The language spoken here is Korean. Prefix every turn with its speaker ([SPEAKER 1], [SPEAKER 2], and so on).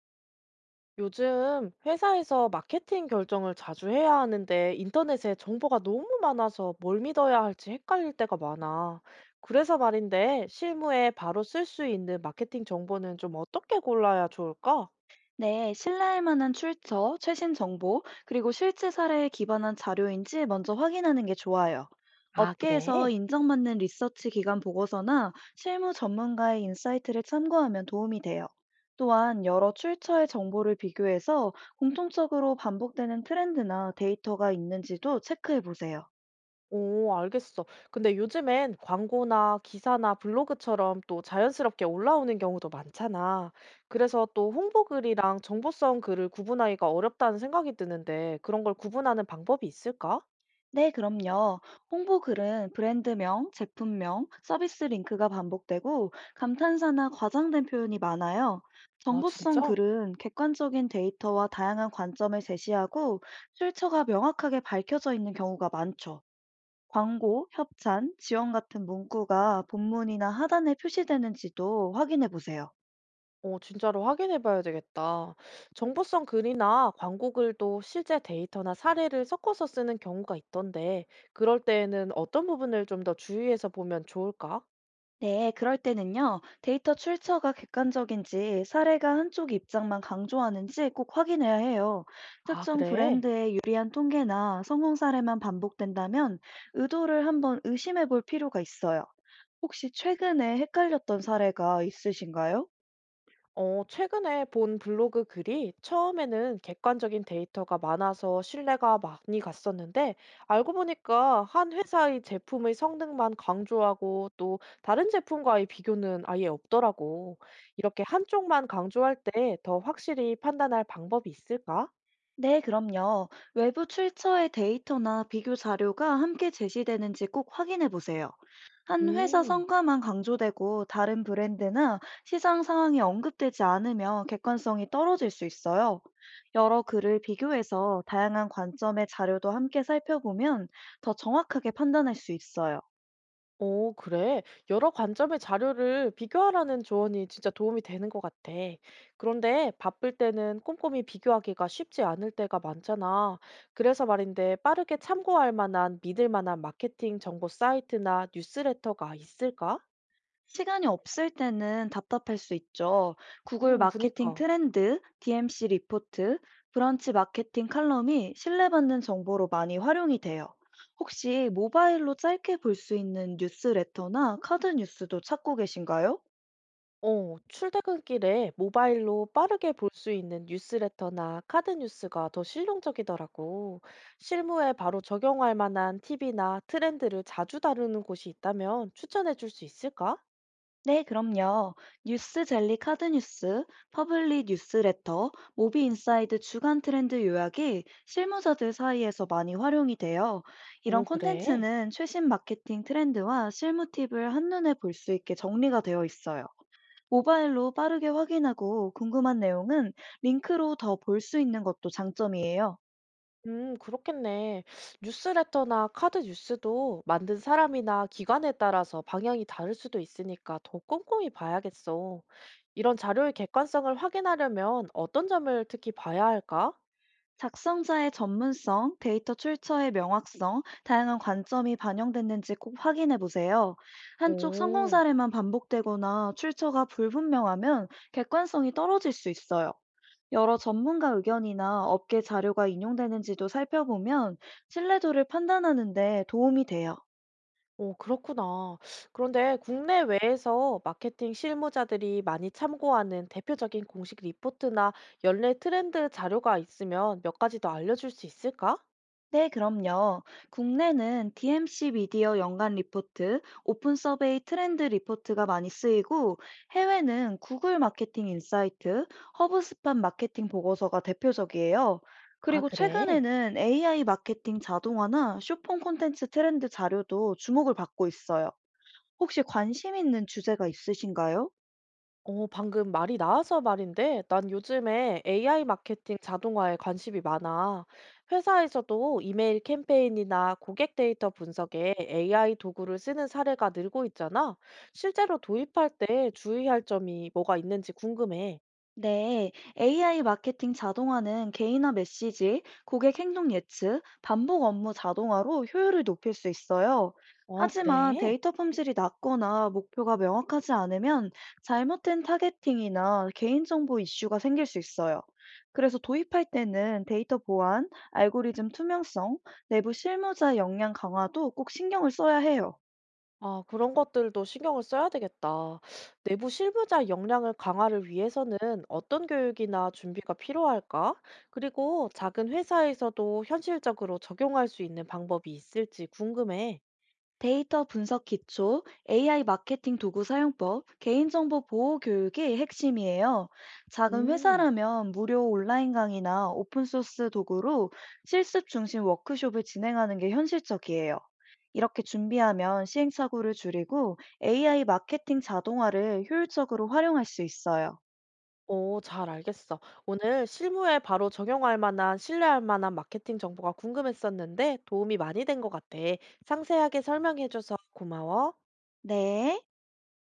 [SPEAKER 1] 요즘 회사에서 마케팅 결정을 자주 해야 하는데 인터넷에 정보가 너무 많아서 뭘 믿어야 할지 헷갈릴 때가 많아. 그래서 말인데 실무에 바로 쓸 수 있는 마케팅 정보는 좀 어떻게 골라야 좋을까?
[SPEAKER 2] 네, 신뢰할 만한 출처, 최신 정보, 그리고 실제 사례에 기반한 자료인지 먼저 확인하는 게 좋아요.
[SPEAKER 1] 아,
[SPEAKER 2] 업계에서
[SPEAKER 1] 그래?
[SPEAKER 2] 인정받는 리서치 기관 보고서나 실무 전문가의 인사이트를 참고하면 도움이 돼요. 또한 여러 출처의 정보를 비교해서 공통적으로 반복되는 트렌드나 데이터가 있는지도 체크해 보세요.
[SPEAKER 1] 오, 알겠어. 근데 요즘엔 광고나 기사나 블로그처럼 또 자연스럽게 올라오는 경우도 많잖아. 그래서 또 홍보글이랑 정보성 글을 구분하기가 어렵다는 생각이 드는데 그런 걸 구분하는 방법이 있을까?
[SPEAKER 2] 네, 그럼요. 홍보글은 브랜드명, 제품명, 서비스 링크가 반복되고 감탄사나 과장된 표현이 많아요.
[SPEAKER 1] 아,
[SPEAKER 2] 정보성
[SPEAKER 1] 진짜?
[SPEAKER 2] 글은 객관적인 데이터와 다양한 관점을 제시하고 출처가 명확하게 밝혀져 있는 경우가 많죠. 광고, 협찬, 지원 같은 문구가 본문이나 하단에 표시되는지도 확인해 보세요.
[SPEAKER 1] 어, 진짜로 확인해 봐야 되겠다. 정보성 글이나 광고 글도 실제 데이터나 사례를 섞어서 쓰는 경우가 있던데, 그럴 때에는 어떤 부분을 좀 더 주의해서 보면 좋을까?
[SPEAKER 2] 네, 그럴 때는요, 데이터 출처가 객관적인지 사례가 한쪽 입장만 강조하는지 꼭 확인해야 해요.
[SPEAKER 1] 아,
[SPEAKER 2] 특정
[SPEAKER 1] 그래.
[SPEAKER 2] 브랜드의 유리한 통계나 성공 사례만 반복된다면 의도를 한번 의심해 볼 필요가 있어요. 혹시 최근에 헷갈렸던 사례가 있으신가요?
[SPEAKER 1] 어, 최근에 본 블로그 글이 처음에는 객관적인 데이터가 많아서 신뢰가 많이 갔었는데, 알고 보니까 한 회사의 제품의 성능만 강조하고 또 다른 제품과의 비교는 아예 없더라고. 이렇게 한쪽만 강조할 때 더 확실히 판단할 방법이 있을까?
[SPEAKER 2] 네, 그럼요. 외부 출처의 데이터나 비교 자료가 함께 제시되는지 꼭 확인해 보세요. 한 회사
[SPEAKER 1] 음.
[SPEAKER 2] 성과만 강조되고 다른 브랜드나 시장 상황이 언급되지 않으면 객관성이 떨어질 수 있어요. 여러 글을 비교해서 다양한 관점의 자료도 함께 살펴보면 더 정확하게 판단할 수 있어요.
[SPEAKER 1] 오, 그래. 여러 관점의 자료를 비교하라는 조언이 진짜 도움이 되는 것 같아. 그런데 바쁠 때는 꼼꼼히 비교하기가 쉽지 않을 때가 많잖아. 그래서 말인데 빠르게 참고할 만한 믿을 만한 마케팅 정보 사이트나 뉴스레터가 있을까?
[SPEAKER 2] 시간이 없을 때는 답답할 수 있죠. 구글 마케팅
[SPEAKER 1] 그니까.
[SPEAKER 2] 트렌드, DMC 리포트, 브런치 마케팅 칼럼이 신뢰받는 정보로 많이 활용이 돼요. 혹시 모바일로 짧게 볼 수 있는 뉴스레터나 카드 뉴스도 찾고 계신가요?
[SPEAKER 1] 어, 출퇴근길에 모바일로 빠르게 볼 수 있는 뉴스레터나 카드 뉴스가 더 실용적이더라고. 실무에 바로 적용할 만한 팁이나 트렌드를 자주 다루는 곳이 있다면 추천해 줄 수 있을까?
[SPEAKER 2] 네, 그럼요. 뉴스 젤리 카드 뉴스, 퍼블릭 뉴스레터, 모비 인사이드 주간 트렌드 요약이 실무자들 사이에서 많이 활용이 돼요. 이런
[SPEAKER 1] 오, 그래.
[SPEAKER 2] 콘텐츠는 최신 마케팅 트렌드와 실무 팁을 한눈에 볼 수 있게 정리가 되어 있어요. 모바일로 빠르게 확인하고 궁금한 내용은 링크로 더 볼 수 있는 것도 장점이에요.
[SPEAKER 1] 그렇겠네. 뉴스레터나 카드 뉴스도 만든 사람이나 기관에 따라서 방향이 다를 수도 있으니까 더 꼼꼼히 봐야겠어. 이런 자료의 객관성을 확인하려면 어떤 점을 특히 봐야 할까?
[SPEAKER 2] 작성자의 전문성, 데이터 출처의 명확성, 다양한 관점이 반영됐는지 꼭 확인해 보세요. 한쪽 성공
[SPEAKER 1] 오.
[SPEAKER 2] 사례만 반복되거나 출처가 불분명하면 객관성이 떨어질 수 있어요. 여러 전문가 의견이나 업계 자료가 인용되는지도 살펴보면 신뢰도를 판단하는 데 도움이 돼요.
[SPEAKER 1] 오, 그렇구나. 그런데 국내외에서 마케팅 실무자들이 많이 참고하는 대표적인 공식 리포트나 연례 트렌드 자료가 있으면 몇 가지 더 알려줄 수 있을까?
[SPEAKER 2] 네, 그럼요. 국내는 DMC 미디어 연간 리포트, 오픈 서베이 트렌드 리포트가 많이 쓰이고, 해외는 구글 마케팅 인사이트, 허브스팟 마케팅 보고서가 대표적이에요.
[SPEAKER 1] 아,
[SPEAKER 2] 그리고
[SPEAKER 1] 그래?
[SPEAKER 2] 최근에는 AI 마케팅 자동화나 쇼핑 콘텐츠 트렌드 자료도 주목을 받고 있어요. 혹시 관심 있는 주제가 있으신가요?
[SPEAKER 1] 어, 방금 말이 나와서 말인데, 난 요즘에 AI 마케팅 자동화에 관심이 많아. 회사에서도 이메일 캠페인이나 고객 데이터 분석에 AI 도구를 쓰는 사례가 늘고 있잖아. 실제로 도입할 때 주의할 점이 뭐가 있는지 궁금해.
[SPEAKER 2] 네, AI 마케팅 자동화는 개인화 메시지, 고객 행동 예측, 반복 업무 자동화로 효율을 높일 수 있어요.
[SPEAKER 1] 어,
[SPEAKER 2] 하지만
[SPEAKER 1] 그래?
[SPEAKER 2] 데이터 품질이 낮거나 목표가 명확하지 않으면 잘못된 타겟팅이나 개인정보 이슈가 생길 수 있어요. 그래서 도입할 때는 데이터 보안, 알고리즘 투명성, 내부 실무자 역량 강화도 꼭 신경을 써야 해요.
[SPEAKER 1] 아, 그런 것들도 신경을 써야 되겠다. 내부 실무자 역량을 강화를 위해서는 어떤 교육이나 준비가 필요할까? 그리고 작은 회사에서도 현실적으로 적용할 수 있는 방법이 있을지 궁금해.
[SPEAKER 2] 데이터 분석 기초, AI 마케팅 도구 사용법, 개인정보 보호 교육이 핵심이에요. 작은
[SPEAKER 1] 음,
[SPEAKER 2] 회사라면 무료 온라인 강의나 오픈소스 도구로 실습 중심 워크숍을 진행하는 게 현실적이에요. 이렇게 준비하면 시행착오를 줄이고 AI 마케팅 자동화를 효율적으로 활용할 수 있어요.
[SPEAKER 1] 오, 잘 알겠어. 오늘 실무에 바로 적용할 만한, 신뢰할 만한 마케팅 정보가 궁금했었는데 도움이 많이 된 것 같아. 상세하게 설명해줘서 고마워.
[SPEAKER 2] 네.